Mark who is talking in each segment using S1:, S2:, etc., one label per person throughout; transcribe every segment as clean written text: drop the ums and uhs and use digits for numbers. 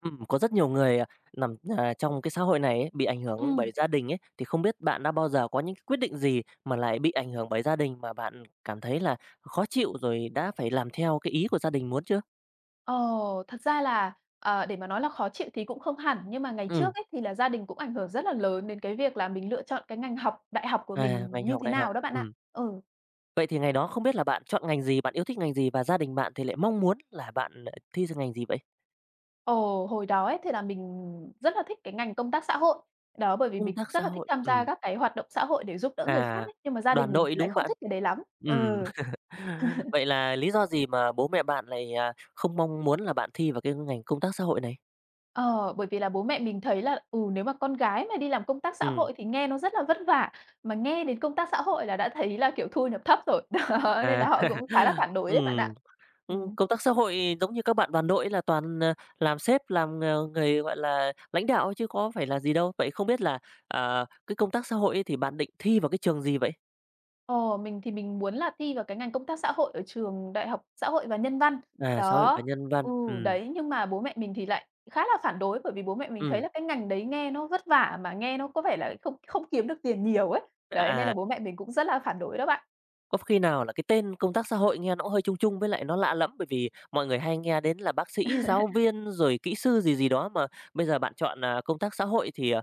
S1: Có rất nhiều người, nằm, trong cái xã hội này ấy, bị ảnh hưởng
S2: Ừ
S1: bởi gia đình ấy, thì không biết bạn đã bao giờ có những cái quyết định gì mà lại bị ảnh hưởng bởi gia đình mà bạn cảm thấy là khó chịu rồi đã phải làm theo cái ý của gia đình muốn chưa?
S2: ờ, Thật ra là, để mà nói là khó chịu thì cũng không hẳn, nhưng mà ngày
S1: Ừ.
S2: trước ấy thì là gia đình cũng ảnh hưởng rất là lớn đến cái việc là mình lựa chọn cái ngành học đại học của mình
S1: Ngành
S2: như
S1: học
S2: thế
S1: đại học.
S2: nào đó bạn ạ.
S1: Ừ.
S2: Ừ,
S1: Vậy thì ngày đó không biết là bạn chọn ngành gì, bạn yêu thích ngành gì và gia đình bạn thì lại mong muốn là bạn, thi sang ngành gì vậy?
S2: ờ, hồi đó ấy thì là mình rất là thích cái ngành công tác xã hội, đó, bởi vì
S1: Công
S2: mình
S1: tác
S2: cũng
S1: xã
S2: rất là thích
S1: hội,
S2: tham gia các cái hoạt động xã hội để giúp đỡ người khác
S1: à,
S2: ấy, nhưng mà gia đình
S1: đoàn
S2: mình
S1: đội,
S2: thì lại
S1: đúng
S2: không
S1: bạn?
S2: thích cái đấy lắm.
S1: Ừ.
S2: Ừ.
S1: Vậy là lý do gì mà bố mẹ bạn lại, không mong muốn là bạn thi vào cái ngành công tác xã hội này?
S2: Ờ, Bởi vì là bố mẹ mình thấy là, nếu mà con gái mà đi làm công tác xã
S1: Ừm,
S2: hội thì nghe nó rất là vất vả, mà nghe đến công tác xã hội là đã thấy là, kiểu, thu nhập thấp rồi, đó, nên là
S1: à,
S2: họ cũng khá là phản đối đấy bạn ạ.
S1: ừm,
S2: Ừm,
S1: công tác xã hội giống như các bạn đoàn đội là toàn, làm sếp, làm, người, gọi là, lãnh đạo ấy chứ có phải là gì đâu. Vậy không biết là, cái công tác xã hội ấy thì bạn định thi vào cái trường gì vậy?
S2: ờ, mình thì mình muốn là thi vào cái ngành công tác xã hội ở trường Đại học Xã hội và Nhân văn.
S1: À, xã hội và
S2: Đó,
S1: nhân văn,
S2: ừ, đấy, nhưng mà bố mẹ mình thì lại khá là phản đối, bởi vì bố mẹ mình thấy
S1: ừm,
S2: là cái ngành đấy nghe nó vất vả mà nghe nó có vẻ là không không kiếm được tiền nhiều ấy. Đấy, nên là
S1: à.
S2: bố mẹ mình cũng rất là phản đối đó bạn.
S1: Có khi nào là cái tên công tác xã hội nghe nó cũng hơi chung chung với lại nó lạ lẫm, bởi vì mọi người hay nghe đến là bác sĩ, giáo viên, rồi kỹ sư gì gì đó, mà bây giờ bạn chọn là công tác xã hội thì, ờ,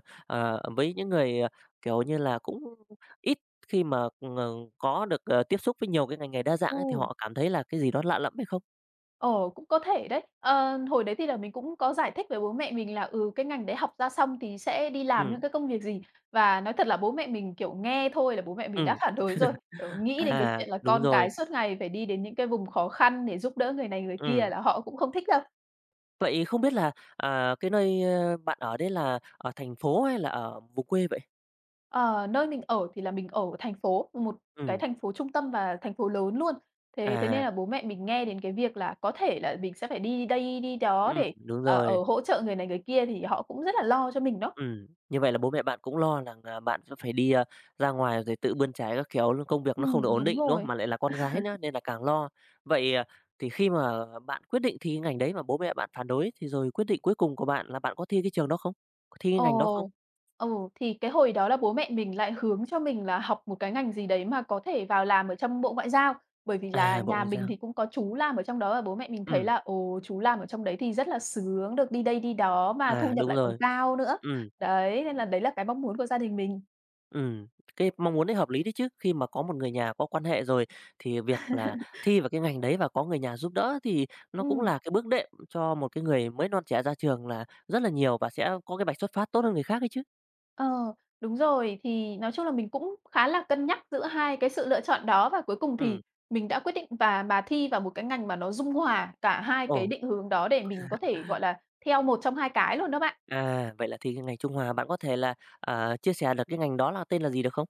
S1: ờ, với những người, kiểu như là, cũng ít khi mà, ờ, có được, tiếp xúc với nhiều cái ngành nghề đa dạng ấy, thì
S2: Ừ.
S1: họ cảm thấy là cái gì đó lạ lẫm hay không?
S2: Ờ, Cũng có thể đấy. Ờ, Hồi đấy thì là mình cũng có giải thích với bố mẹ mình là, cái ngành đấy học ra xong thì sẽ đi làm
S1: Ừ,
S2: những cái công việc gì. Và nói thật là bố mẹ mình, kiểu, nghe thôi là bố mẹ mình đã
S1: ừ,
S2: phản đối rồi, kiểu, nghĩ đến cái
S1: à,
S2: chuyện là
S1: đúng
S2: con
S1: rồi.
S2: cái suốt ngày phải đi đến những cái vùng khó khăn để giúp đỡ người này người kia
S1: Ừ.
S2: là họ cũng không thích đâu.
S1: Vậy không biết là, cái nơi, bạn ở đấy là ở thành phố hay là ở vùng quê vậy?
S2: Ờ, Nơi mình ở thì là mình ở thành phố, một cái
S1: Ừ,
S2: thành phố trung tâm và thành phố lớn luôn. Thế thế nên
S1: à,
S2: là bố mẹ mình nghe đến cái việc là có thể là mình sẽ phải đi đây đi đó để,
S1: đúng rồi.
S2: hỗ trợ người này người kia thì họ cũng rất là lo cho mình đó.
S1: Như vậy là bố mẹ bạn cũng lo rằng là bạn sẽ phải đi, ra ngoài rồi tự bươn trái các kiểu luôn, công việc nó không được ổn
S2: Đúng
S1: định, đúng không?
S2: rồi.
S1: Mà lại là con gái nữa nên là càng lo. Vậy, thì khi mà bạn quyết định thi cái ngành đấy mà bố mẹ bạn phản đối thì rồi quyết định cuối cùng của bạn là bạn có thi cái trường đó không? Có thi cái ngành đó không?
S2: ồ ừ, thì cái hồi đó là bố mẹ mình lại hướng cho mình là học một cái ngành gì đấy mà có thể vào làm ở trong Bộ Ngoại giao, bởi vì là
S1: À, Bộ
S2: nhà
S1: Ngoại
S2: mình
S1: giao.
S2: thì cũng có chú làm ở trong đó và bố mẹ mình thấy
S1: Ừm,
S2: là, chú làm ở trong đấy thì rất là sướng, được đi đây đi đó mà thu
S1: à,
S2: nhập
S1: đúng
S2: lại còn
S1: rồi,
S2: cao nữa.
S1: ừm.
S2: Đấy, nên là đấy là cái mong muốn của gia đình mình.
S1: Ừm, cái mong muốn đấy hợp lý đấy chứ. Khi mà có một người nhà có quan hệ rồi thì việc là thi vào cái ngành đấy và có người nhà giúp đỡ thì nó cũng
S2: Ừm.
S1: là cái bước đệm cho một cái người mới non trẻ ra trường là rất là nhiều và sẽ có cái bạch xuất phát tốt hơn người khác ấy chứ.
S2: Ờ, Đúng rồi. Thì nói chung là mình cũng khá là cân nhắc giữa hai cái sự lựa chọn đó và cuối cùng
S1: Ừm,
S2: thì mình đã quyết định và bà thi vào một cái ngành mà nó dung hòa cả hai cái
S1: ồ,
S2: định hướng đó để mình có thể, gọi là, theo một trong hai cái luôn đó bạn.
S1: à, vậy là thi cái ngành Trung Hòa, bạn có thể là, chia sẻ được cái ngành đó là tên là gì được không?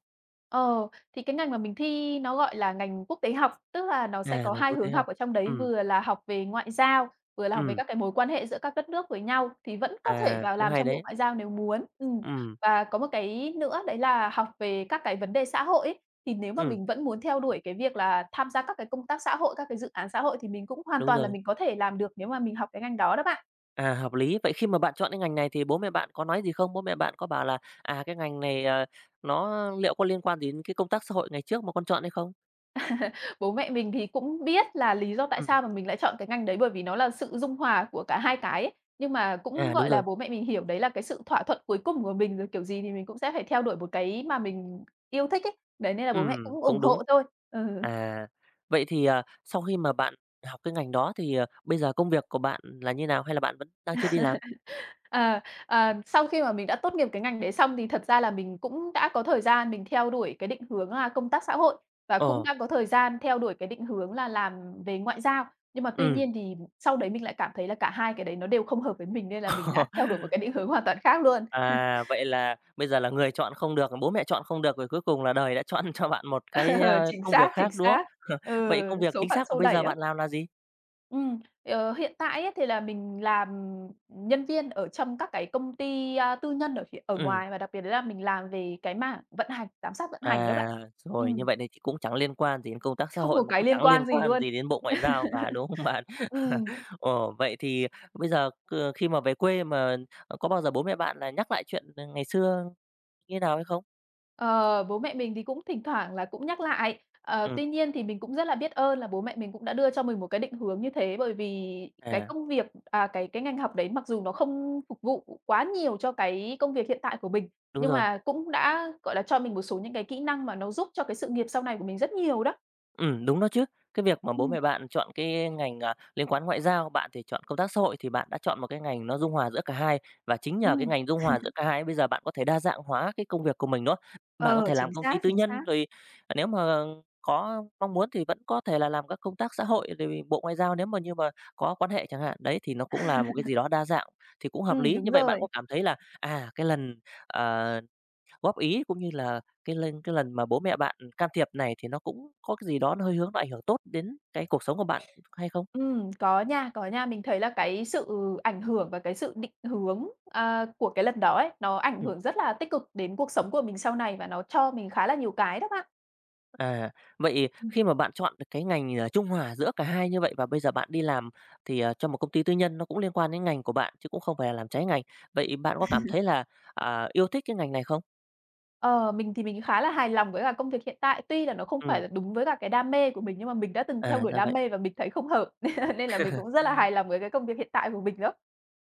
S2: Ờ, thì cái ngành mà mình thi nó gọi là ngành quốc tế học, tức là nó sẽ
S1: À,
S2: có
S1: ngành
S2: hai
S1: quốc tế
S2: hướng học
S1: học.
S2: ở trong đấy,
S1: Ừm,
S2: vừa là học về ngoại giao, vừa là học về
S1: ừm,
S2: các cái mối quan hệ giữa các đất nước với nhau, thì vẫn có thể
S1: à,
S2: vào
S1: cũng
S2: làm
S1: hay
S2: trong bộ
S1: đấy.
S2: ngoại giao nếu muốn.
S1: Ừm,
S2: Và có một cái nữa đấy là học về các cái vấn đề xã hội ấy, thì nếu mà
S1: ừm,
S2: mình vẫn muốn theo đuổi cái việc là tham gia các cái công tác xã hội, các cái dự án xã hội thì mình cũng hoàn
S1: đúng
S2: toàn là
S1: rồi.
S2: mình có thể làm được nếu mà mình học cái ngành đó đó bạn.
S1: À, hợp lý. Vậy khi mà bạn chọn cái ngành này thì bố mẹ bạn có nói gì không? Bố mẹ bạn có bảo là, cái ngành này, nó liệu có liên quan gì đến cái công tác xã hội ngày trước mà con chọn hay không?
S2: Bố mẹ mình thì cũng biết là lý do tại
S1: Ừm,
S2: sao mà mình lại chọn cái ngành đấy bởi vì nó là sự dung hòa của cả hai cái ấy. Nhưng mà cũng,
S1: à, đúng
S2: gọi
S1: rồi.
S2: là, bố mẹ mình hiểu đấy là cái sự thỏa thuận cuối cùng của mình, rồi kiểu gì thì mình cũng sẽ phải theo đuổi một cái mà mình yêu thích ấy. Đấy, nên là bố mẹ cũng
S1: Cũng
S2: ủng
S1: đúng.
S2: hộ thôi. Ừ.
S1: À, vậy thì, sau khi mà bạn học cái ngành đó thì, bây giờ công việc của bạn là như nào? Hay là bạn vẫn đang chưa đi làm?
S2: Ờ, Sau khi mà mình đã tốt nghiệp cái ngành đấy xong thì thật ra là mình cũng đã có thời gian mình theo đuổi cái định hướng là công tác xã hội và cũng
S1: Ồ,
S2: đã có thời gian theo đuổi cái định hướng là làm về ngoại giao. Nhưng mà tuy
S1: ừm.
S2: nhiên thì sau đấy mình lại cảm thấy là cả hai cái đấy nó đều không hợp với mình nên là mình đã theo đuổi một cái định hướng hoàn toàn khác luôn.
S1: À, vậy là bây giờ là người chọn không được, bố mẹ chọn không được, rồi cuối cùng là đời đã chọn cho bạn một cái,
S2: Ờ, Chính
S1: công việc
S2: xác, chính
S1: khác, đúng không?
S2: xác. Ừ,
S1: Vậy công việc
S2: số
S1: chính
S2: phận
S1: xác của
S2: xô
S1: bây giờ
S2: đẩy á.
S1: bạn làm là gì?
S2: Ờ, Hiện tại ấy thì là mình làm nhân viên ở trong các cái công ty, tư nhân ở phía ở
S1: Ừm.
S2: ngoài và đặc biệt đấy là mình làm về cái mảng vận hành, giám sát vận hành đó
S1: À,
S2: bạn.
S1: rồi, như
S2: Ừm,
S1: vậy thì cũng chẳng liên quan gì đến công tác xã
S2: Không
S1: hội
S2: một
S1: mà cũng
S2: cái liên
S1: chẳng liên
S2: quan gì
S1: quan
S2: luôn.
S1: gì đến Bộ Ngoại giao cả, đúng không bạn?
S2: Ừm.
S1: Ồ, vậy thì bây giờ khi mà về quê mà có bao giờ bố mẹ bạn là nhắc lại chuyện, ngày xưa như thế nào hay không?
S2: Ờ, Bố mẹ mình thì cũng thỉnh thoảng là cũng nhắc lại. Ờ,
S1: Ừ,
S2: Tuy nhiên thì mình cũng rất là biết ơn là bố mẹ mình cũng đã đưa cho mình một cái định hướng như thế, bởi vì cái
S1: à,
S2: công việc, cái ngành học đấy mặc dù nó không phục vụ quá nhiều cho cái công việc hiện tại của mình,
S1: đúng
S2: nhưng
S1: rồi.
S2: mà cũng đã, gọi là, cho mình một số những cái kỹ năng mà nó giúp cho cái sự nghiệp sau này của mình rất nhiều đó.
S1: Ừ đúng đó chứ. Cái việc mà bố
S2: Ừm,
S1: mẹ bạn chọn cái ngành, liên quan ngoại giao, bạn thì chọn công tác xã hội, thì bạn đã chọn một cái ngành nó dung hòa giữa cả hai. Và chính nhờ cái
S2: ừm,
S1: ngành dung hòa giữa cả hai ấy, bây giờ bạn có thể đa dạng hóa cái công việc của mình, đúng? Bạn có
S2: ờ,
S1: thể làm
S2: Chính
S1: công ty
S2: xác,
S1: tư
S2: chính xác.
S1: nhân, rồi nếu mà có mong muốn thì vẫn có thể là làm các công tác xã hội, rồi vì Bộ Ngoại giao nếu mà như mà có quan hệ chẳng hạn. Đấy, thì nó cũng là một cái gì đó đa dạng thì cũng hợp lý. Như
S2: Đúng
S1: vậy bạn có
S2: rồi.
S1: cảm thấy là, cái lần, ờ góp ý cũng như là cái lần mà bố mẹ bạn can thiệp này thì nó cũng có cái gì đó nó hơi hướng nó ảnh hưởng tốt đến cái cuộc sống của bạn hay không?
S2: Có nha, có nha. Mình thấy là cái sự ảnh hưởng và cái sự định hướng, của cái lần đó ấy, nó ảnh
S1: Ừm,
S2: hưởng rất là tích cực đến cuộc sống của mình sau này và nó cho mình khá là nhiều cái đó bạn.
S1: à, vậy
S2: Ừm.
S1: khi mà bạn chọn được cái ngành, trung hòa giữa cả hai như vậy và bây giờ bạn đi làm thì, cho một công ty tư nhân nó cũng liên quan đến ngành của bạn chứ cũng không phải là làm trái ngành, vậy bạn có cảm thấy là, yêu thích cái ngành này không?
S2: Ờ, mình thì mình khá là hài lòng với cả công việc hiện tại, tuy là nó không phải
S1: Ừm,
S2: là đúng với cả cái đam mê của mình, nhưng mà mình đã từng theo
S1: à,
S2: đuổi
S1: ra
S2: đam
S1: vậy.
S2: mê và mình thấy không hợp, nên là mình cũng rất là hài lòng với cái công việc hiện tại của mình đó.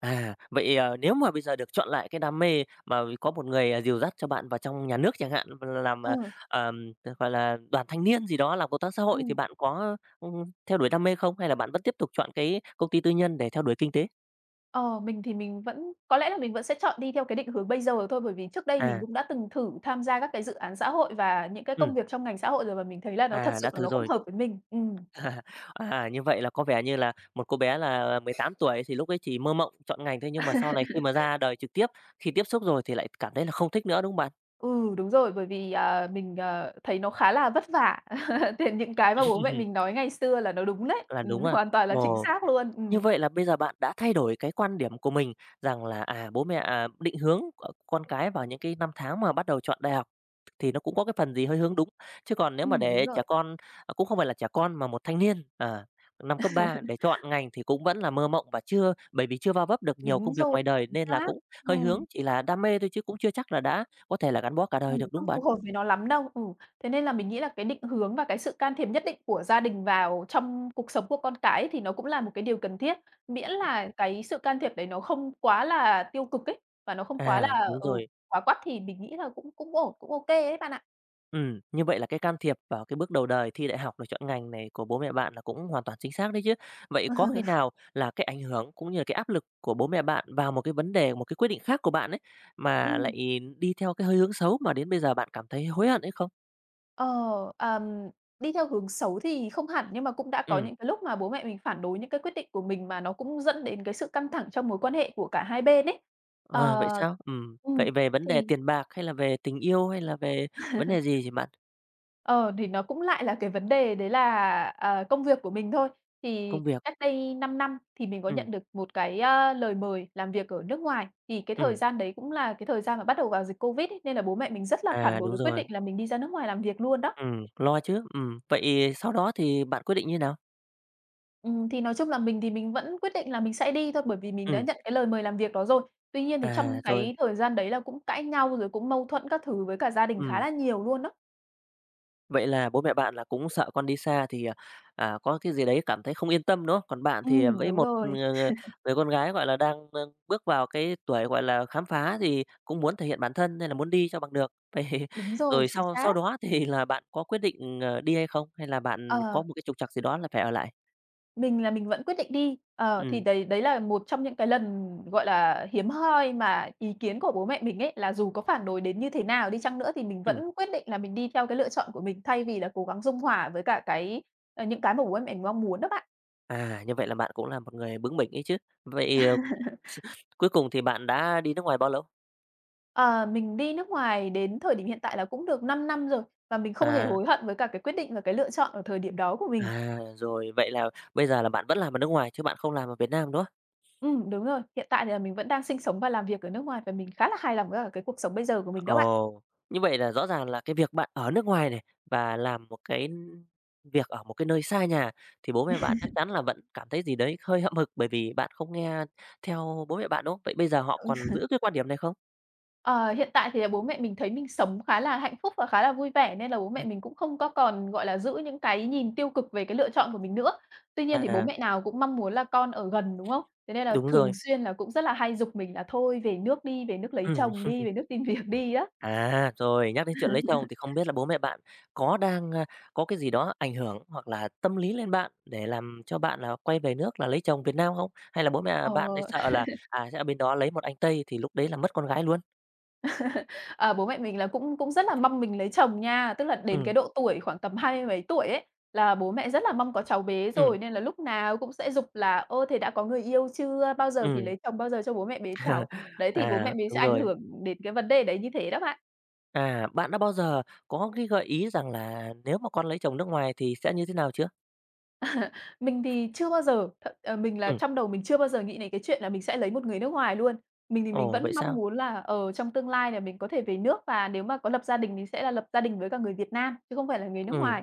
S1: À, vậy, nếu mà bây giờ được chọn lại cái đam mê mà có một người, dìu dắt cho bạn vào trong nhà nước chẳng hạn, làm,
S2: Ừ,
S1: ờm, gọi là, đoàn thanh niên gì đó, làm công tác xã hội thì
S2: ừm.
S1: bạn có, theo đuổi đam mê không? Hay là bạn vẫn tiếp tục chọn cái công ty tư nhân để theo đuổi kinh tế?
S2: Ờ, mình thì mình vẫn có lẽ là mình vẫn sẽ chọn đi theo cái định hướng bây giờ thôi, bởi vì trước đây mình
S1: À,
S2: cũng đã từng thử tham gia các cái dự án xã hội và những cái công
S1: ừm,
S2: việc trong ngành xã hội rồi và mình thấy là nó thật
S1: à, đã
S2: sự là
S1: thử
S2: nó không
S1: rồi.
S2: hợp với mình.
S1: À, như vậy là có vẻ như là một cô bé là 18 tuổi thì lúc ấy chỉ mơ mộng chọn ngành thôi, nhưng mà sau này khi mà ra đời trực tiếp, khi tiếp xúc rồi thì lại cảm thấy là không thích nữa, đúng không bạn?
S2: Ừ, đúng rồi, bởi vì, mình, thấy nó khá là vất vả, thì những cái mà bố mẹ mình nói ngày xưa là nó đúng đấy,
S1: Là đúng à?
S2: hoàn toàn là
S1: Ờ.
S2: chính xác luôn,
S1: Như
S2: ừm.
S1: vậy là bây giờ bạn đã thay đổi cái quan điểm của mình rằng là, bố mẹ, định hướng của con cái vào những cái năm tháng mà bắt đầu chọn đại học thì nó cũng có cái phần gì hơi hướng đúng. Chứ còn nếu mà
S2: Đúng
S1: để
S2: rồi.
S1: trẻ con cũng không phải là trẻ con mà một thanh niên, năm cấp 3 để chọn ngành thì cũng vẫn là mơ mộng và chưa bởi vì chưa va vấp được nhiều công
S2: Đúng
S1: việc
S2: rồi,
S1: ngoài đời
S2: chính
S1: nên là
S2: xác.
S1: cũng hơi hướng
S2: Ừm.
S1: chỉ là đam mê thôi chứ cũng chưa chắc là đã có thể là gắn bó cả đời được, đúng không
S2: Không
S1: bạn?
S2: phù hợp với nó lắm đâu. Ừ, thế nên là mình nghĩ là cái định hướng và cái sự can thiệp nhất định của gia đình vào trong cuộc sống của con cái thì nó cũng là một cái điều cần thiết, miễn là cái sự can thiệp đấy nó không quá là tiêu cực ấy, và nó không quá
S1: À,
S2: là,
S1: đúng
S2: ừ,
S1: rồi.
S2: quá quắt thì mình nghĩ là cũng cũng ổn, cũng ok kê ấy bạn ạ.
S1: Như vậy là cái can thiệp vào cái bước đầu đời thi đại học rồi chọn ngành này của bố mẹ bạn là cũng hoàn toàn chính xác đấy chứ. Vậy có khi nào là cái ảnh hưởng cũng như là cái áp lực của bố mẹ bạn vào một cái vấn đề, một cái quyết định khác của bạn ấy, mà
S2: Ừm,
S1: lại đi theo cái hơi hướng xấu mà đến bây giờ bạn cảm thấy hối hận hay không?
S2: ờ, ờm, Đi theo hướng xấu thì không hẳn, nhưng mà cũng đã có
S1: Ừm,
S2: những cái lúc mà bố mẹ mình phản đối những cái quyết định của mình mà nó cũng dẫn đến cái sự căng thẳng trong mối quan hệ của cả hai bên ấy.
S1: vậy
S2: Ờ,
S1: sao?
S2: ừm,
S1: Vậy về vấn đề
S2: thì
S1: tiền bạc hay là về tình yêu hay là về vấn đề gì thì bạn?
S2: Ờ, thì Nó cũng lại là cái vấn đề đấy là, công việc của mình thôi. Thì
S1: Công việc?
S2: cách đây 5 năm thì mình có
S1: Ừm,
S2: nhận được một cái, lời mời làm việc ở nước ngoài. Thì cái thời
S1: ừm,
S2: gian đấy cũng là cái thời gian mà bắt đầu vào dịch Covid ấy, nên là bố mẹ mình rất là phản
S1: à,
S2: đối
S1: đúng
S2: cái quyết
S1: rồi,
S2: định là mình đi ra nước ngoài làm việc luôn đó.
S1: lo chứ. Vậy sau đó thì bạn quyết định như nào?
S2: Thì nói chung là mình thì mình vẫn quyết định là mình sẽ đi thôi, bởi vì mình đã
S1: Ừm,
S2: nhận cái lời mời làm việc đó rồi. Tuy nhiên thì
S1: à,
S2: trong
S1: rồi,
S2: cái thời gian đấy là cũng cãi nhau rồi cũng mâu thuẫn các thứ với cả gia đình khá
S1: ừm.
S2: là nhiều luôn đó.
S1: Vậy là bố mẹ bạn là cũng sợ con đi xa thì, có cái gì đấy cảm thấy không yên tâm, đúng không? Còn bạn thì
S2: Ừm,
S1: với
S2: đúng
S1: một,
S2: rồi,
S1: người con gái, gọi là, đang, bước vào cái tuổi, gọi là, khám phá thì cũng muốn thể hiện bản thân nên là muốn đi cho bằng được. Vậy
S2: đúng rồi,
S1: rồi
S2: chính
S1: sau sau
S2: xác.
S1: đó thì là bạn có quyết định, đi hay không? Hay là bạn có
S2: Ờ.
S1: một cái trục trặc gì đó là phải ở lại?
S2: Mình vẫn quyết định đi. Ờ, thì
S1: Ừm,
S2: đấy đấy là một trong những cái lần, gọi là, hiếm hoi mà ý kiến của bố mẹ mình ấy, là dù có phản đối đến như thế nào đi chăng nữa thì mình
S1: ừm.
S2: vẫn quyết định là mình đi theo cái lựa chọn của mình, thay vì là cố gắng dung hòa với cả cái những cái mà bố mẹ mình mong muốn đó bạn.
S1: À, như vậy là bạn cũng là một người bướng bỉnh ấy chứ. Vậy, ờ, s cuối cùng thì bạn đã đi nước ngoài bao lâu?
S2: Ờ, mình đi nước ngoài đến thời điểm hiện tại là cũng được 5 năm rồi, và mình không hề
S1: À.
S2: hối hận với cả cái quyết định và cái lựa chọn ở thời điểm đó của mình.
S1: À, rồi, vậy là bây giờ là bạn vẫn làm ở nước ngoài chứ bạn không làm ở Việt Nam, đúng không?
S2: Đúng rồi, hiện tại thì là mình vẫn đang sinh sống và làm việc ở nước ngoài và mình khá là hài lòng với cả cái cuộc sống bây giờ của mình đó bạn.
S1: Ồ, như vậy là rõ ràng là cái việc bạn ở nước ngoài này và làm một việc ở một cái nơi xa nhà thì bố mẹ bạn chắc chắn là vẫn cảm thấy gì đấy hơi hậm hực bởi vì bạn không nghe theo bố mẹ bạn, đúng không? Vậy bây giờ họ còn giữ cái quan điểm này không?
S2: Ờ, hiện tại thì là bố mẹ mình thấy mình sống khá là hạnh phúc và khá là vui vẻ nên là bố
S1: Ừ.
S2: mẹ mình cũng không có còn, gọi là, giữ những cái nhìn tiêu cực về cái lựa chọn của mình nữa. Tuy nhiên thì bố
S1: À,
S2: mẹ nào cũng mong muốn là con ở gần, đúng không? Thế nên là
S1: đúng
S2: thường
S1: rồi.
S2: xuyên là cũng rất là hay giục mình là "Thôi về nước đi, về nước lấy
S1: Ừm.
S2: chồng đi, về nước xin việc đi" á.
S1: À, rồi, nhắc đến chuyện lấy chồng thì không biết là bố mẹ bạn có đang, a, có cái gì đó ảnh hưởng hoặc là tâm lý lên bạn để làm cho bạn là quay về nước là lấy chồng Việt Nam không? Hay là bố mẹ bạn thì
S2: Ờ.
S1: sợ là, à, sẽ ở bên đó lấy một anh Tây thì lúc đấy là mất con gái luôn?
S2: Ờ, bố mẹ mình là cũng cũng rất là mong mình lấy chồng nha, tức là đến
S1: Ừ,
S2: cái độ tuổi khoảng tầm 20 mấy tuổi ấy, là bố mẹ rất là mong có cháu bé
S1: ừ,
S2: rồi, nên là lúc nào cũng sẽ giục là "Ơ, thế đã có người yêu chưa? Bao giờ
S1: ừ.
S2: thì lấy chồng, bao giờ cho bố mẹ bế cháu?" Đấy, thì bố mẹ
S1: À,
S2: mình
S1: đúng
S2: sẽ ảnh
S1: rồi.
S2: hưởng đến cái vấn đề đấy như thế đó bạn.
S1: À, bạn đã bao giờ có cái gợi ý rằng là nếu mà con lấy chồng nước ngoài thì sẽ như thế nào chưa?
S2: Mình thì chưa bao giờ, mình
S1: Ừ.
S2: là trong đầu mình chưa bao giờ nghĩ đến cái chuyện là mình sẽ lấy một người nước ngoài luôn. Mình thì mình
S1: Ồ, vậy
S2: vẫn mong
S1: sao?
S2: muốn là, trong tương lai là mình có thể về nước và nếu mà có lập gia đình thì sẽ là lập gia đình với cả người Việt Nam, chứ không phải là người nước
S1: Ừ.
S2: ngoài.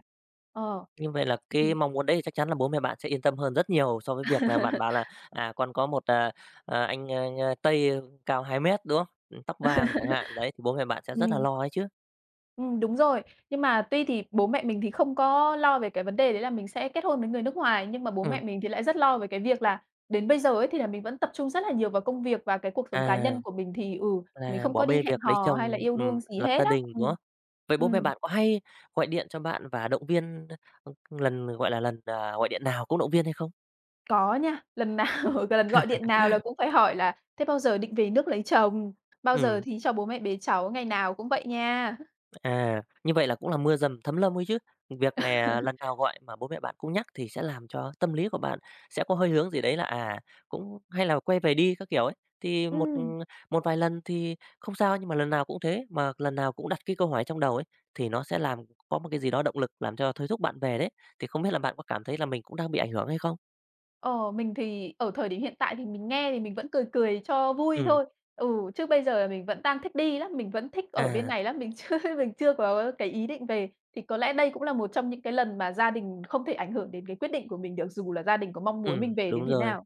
S2: Ờ,
S1: Như vậy là cái mong muốn đấy thì chắc chắn là bố mẹ bạn sẽ yên tâm hơn rất nhiều so với việc là bạn bảo
S2: thì
S1: là, à, con có một, à, à, anh, a, a, Tây cao 2 mét đúng không? Tóc vàng chẳng hạn, đấy, thì bố mẹ bạn sẽ rất là
S2: Ừm,
S1: lo ấy chứ.
S2: đúng rồi. Nhưng mà tuy thì bố mẹ mình thì không có lo về cái vấn đề đấy là mình sẽ kết hôn với người nước ngoài, nhưng mà bố
S1: Ừ.
S2: mẹ mình thì lại rất lo về cái việc là đến bây giờ ấy, thì là mình vẫn tập trung rất là nhiều vào công việc và cái cuộc sống cá
S1: À,
S2: nhân của mình thì, mình
S1: là
S2: không
S1: bỏ
S2: có đi
S1: bê
S2: hẹn
S1: việc lấy
S2: hò hay là
S1: chồng,
S2: yêu đương gì
S1: lập gia
S2: hết á.
S1: đình, đúng không?
S2: Ừm.
S1: Vậy bố mẹ
S2: Ừm,
S1: bạn có hay gọi điện cho bạn và động viên, lần, gọi là, lần, à, gọi điện nào cũng động viên hay không?
S2: có nha, lần nào cái lần gọi điện nào là cũng phải hỏi là "Thế bao giờ định về nước lấy chồng?" "Bao giờ
S1: Ừ.
S2: thì cho bố mẹ bế cháu?" Ngày nào cũng vậy nha.
S1: À, như vậy là cũng là mưa dầm thấm lâm ấy chứ. Việc nè, lần nào gọi mà bố mẹ bạn cũng nhắc thì sẽ làm cho tâm lý của bạn sẽ có hơi hướng gì đấy là, à, cũng hay là quay về đi các kiểu ấy.
S2: Ừm.
S1: Một vài lần thì không sao, nhưng mà lần nào cũng thế, mà lần nào cũng đặt cái câu hỏi trong đầu ấy, thì nó sẽ làm có một cái gì đó động lực làm cho thôi thúc bạn về đấy. Thì không biết là bạn có cảm thấy là mình cũng đang bị ảnh hưởng hay không?
S2: Ờ, mình thì ở thời điểm hiện tại thì mình nghe thì mình vẫn cười cười cho vui
S1: Ừm,
S2: thôi. Ừ, chứ bây giờ là mình vẫn đang thích đi lắm, mình vẫn thích ở bên
S1: à,
S2: này lắm, mình chưa mình chưa có cái ý định về. Thì có lẽ đây cũng là một trong những cái lần mà gia đình không thể ảnh hưởng đến cái quyết định của mình được, dù là gia đình có mong muốn mình về đến
S1: đúng
S2: thế
S1: rồi.
S2: nào.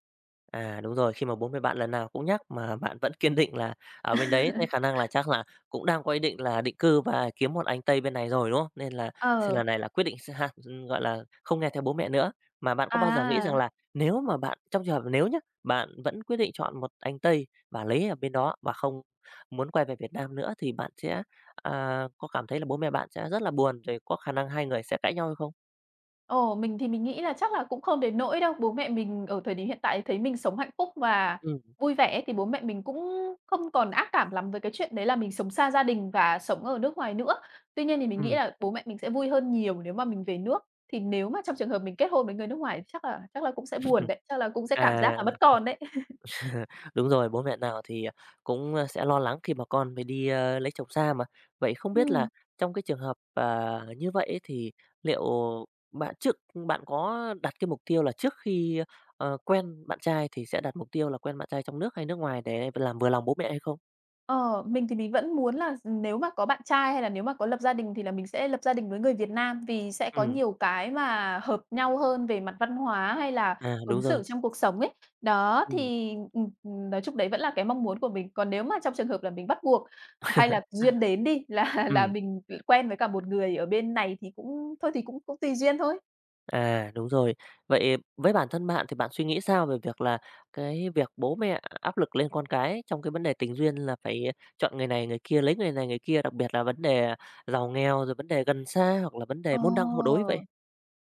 S1: À, đúng rồi, khi mà bố mẹ bạn lần nào cũng nhắc mà bạn vẫn kiên định là ở bên đấy, thế khả năng là chắc là cũng đang có ý định là định cư và kiếm một anh Tây bên này rồi, đúng không? Nên là sẽ
S2: Ờ,
S1: lần này là quyết định sẽ ha gọi là, không nghe theo bố mẹ nữa. Mà bạn có bao giờ nghĩ rằng
S2: à.
S1: là nếu mà bạn trong trường hợp nếu nhá, bạn vẫn quyết định chọn một anh Tây và lấy ở bên đó và không muốn quay về Việt Nam nữa thì bạn sẽ, à, có cảm thấy là bố mẹ bạn sẽ rất là buồn, rồi có khả năng hai người sẽ cãi nhau hay không?
S2: Ồ, mình thì mình nghĩ là chắc là cũng không đến nỗi đâu. Bố mẹ mình ở thời điểm hiện tại thấy mình sống hạnh phúc và
S1: Ừm,
S2: vui vẻ thì bố mẹ mình cũng không còn ác cảm lắm với cái chuyện đấy là mình sống xa gia đình và sống ở nước ngoài nữa. Tuy nhiên thì mình nghĩ
S1: ừm,
S2: là bố mẹ mình sẽ vui hơn nhiều nếu mà mình về nước. Thì nếu mà trong trường hợp mình kết hôn với người nước ngoài thì chắc là cũng sẽ buồn đấy, chắc là cũng sẽ cảm giác
S1: à.
S2: là mất con đấy.
S1: Đúng rồi, bố mẹ nào thì, à, cũng, a, sẽ lo lắng khi mà con phải đi, ơ, lấy chồng xa mà. Vậy không biết là
S2: Ừm.
S1: trong cái trường hợp, à, như vậy ấy thì liệu bạn trước bạn có đặt cái mục tiêu là trước khi, ờ, quen bạn trai thì sẽ đặt mục tiêu là quen bạn trai trong nước hay nước ngoài để làm vừa lòng bố mẹ hay không?
S2: Ờ, mình thì mình vẫn muốn là nếu mà có bạn trai hay là nếu mà có lập gia đình thì là mình sẽ lập gia đình với người Việt Nam, vì sẽ có
S1: Ừ,
S2: nhiều cái mà hợp nhau hơn về mặt văn hóa hay là
S1: à, đúng
S2: ứng
S1: rồi,
S2: xử trong cuộc sống ấy. Đó,
S1: ừm.
S2: thì, nói chung đấy vẫn là cái mong muốn của mình. Còn nếu mà trong trường hợp là mình bắt buộc hay là duyên đến đi, là là mình quen với cả một người ở bên này thì cũng thôi thì cũng cũng tùy duyên thôi.
S1: À, đúng rồi. Vậy với bản thân bạn thì bạn suy nghĩ sao về việc là cái việc bố mẹ áp lực lên con cái trong cái vấn đề tình duyên là phải chọn người này người kia, lấy người này người kia, đặc biệt là vấn đề giàu nghèo, rồi vấn đề gần xa hoặc là vấn đề
S2: Ờ.
S1: môn đăng hộ đối vậy?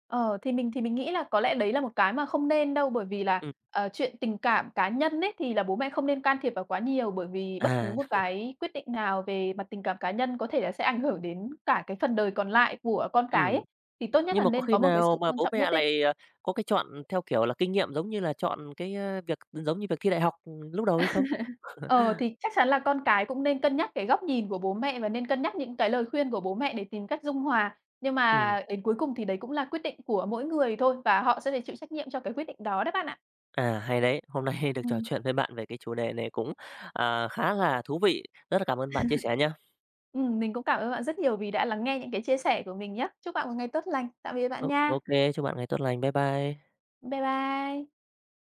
S2: Ờ, thì mình thì mình nghĩ là có lẽ đấy là một cái mà không nên đâu, bởi vì là,
S1: Ừm,
S2: chuyện tình cảm cá nhân ấy thì là bố mẹ không nên can thiệp vào quá nhiều, bởi vì bất cứ
S1: à,
S2: một cái quyết định nào về mặt tình cảm cá nhân có thể là sẽ ảnh hưởng đến cả cái phần đời còn lại của con
S1: ừm.
S2: cái ấy, thì tốt nhất là
S1: Nhưng mà có
S2: nên
S1: khi
S2: có một cái
S1: nào
S2: sự
S1: mà
S2: tôn
S1: bố
S2: trọng nhất
S1: mẹ
S2: định.
S1: lại, ờ, có cái chọn theo kiểu là kinh nghiệm giống như là chọn cái, ơ, việc giống như việc thi đại học, ừ, lúc đầu hay không?
S2: Ờ, thì chắc chắn là con cái cũng nên cân nhắc cái góc nhìn của bố mẹ và nên cân nhắc những cái lời khuyên của bố mẹ để tìm cách dung hòa, nhưng
S1: Ừm,
S2: mà đến cuối cùng thì đấy cũng là quyết định của mỗi người thôi và họ sẽ phải chịu trách nhiệm cho cái quyết định đó đấy bạn ạ.
S1: à, hay đấy. Hôm nay được trò
S2: Ừm.
S1: chuyện với bạn về cái chủ đề này cũng, à, khá là thú vị. Rất là cảm ơn bạn chia sẻ nha.
S2: Mình cũng cảm ơn bạn rất nhiều vì đã lắng nghe những cái chia sẻ của mình nhé. Chúc bạn một ngày tốt lành. Tạm biệt bạn
S1: Ô
S2: nha.
S1: ô chúc bạn ngày tốt lành. Bye bye.
S2: Bye bye.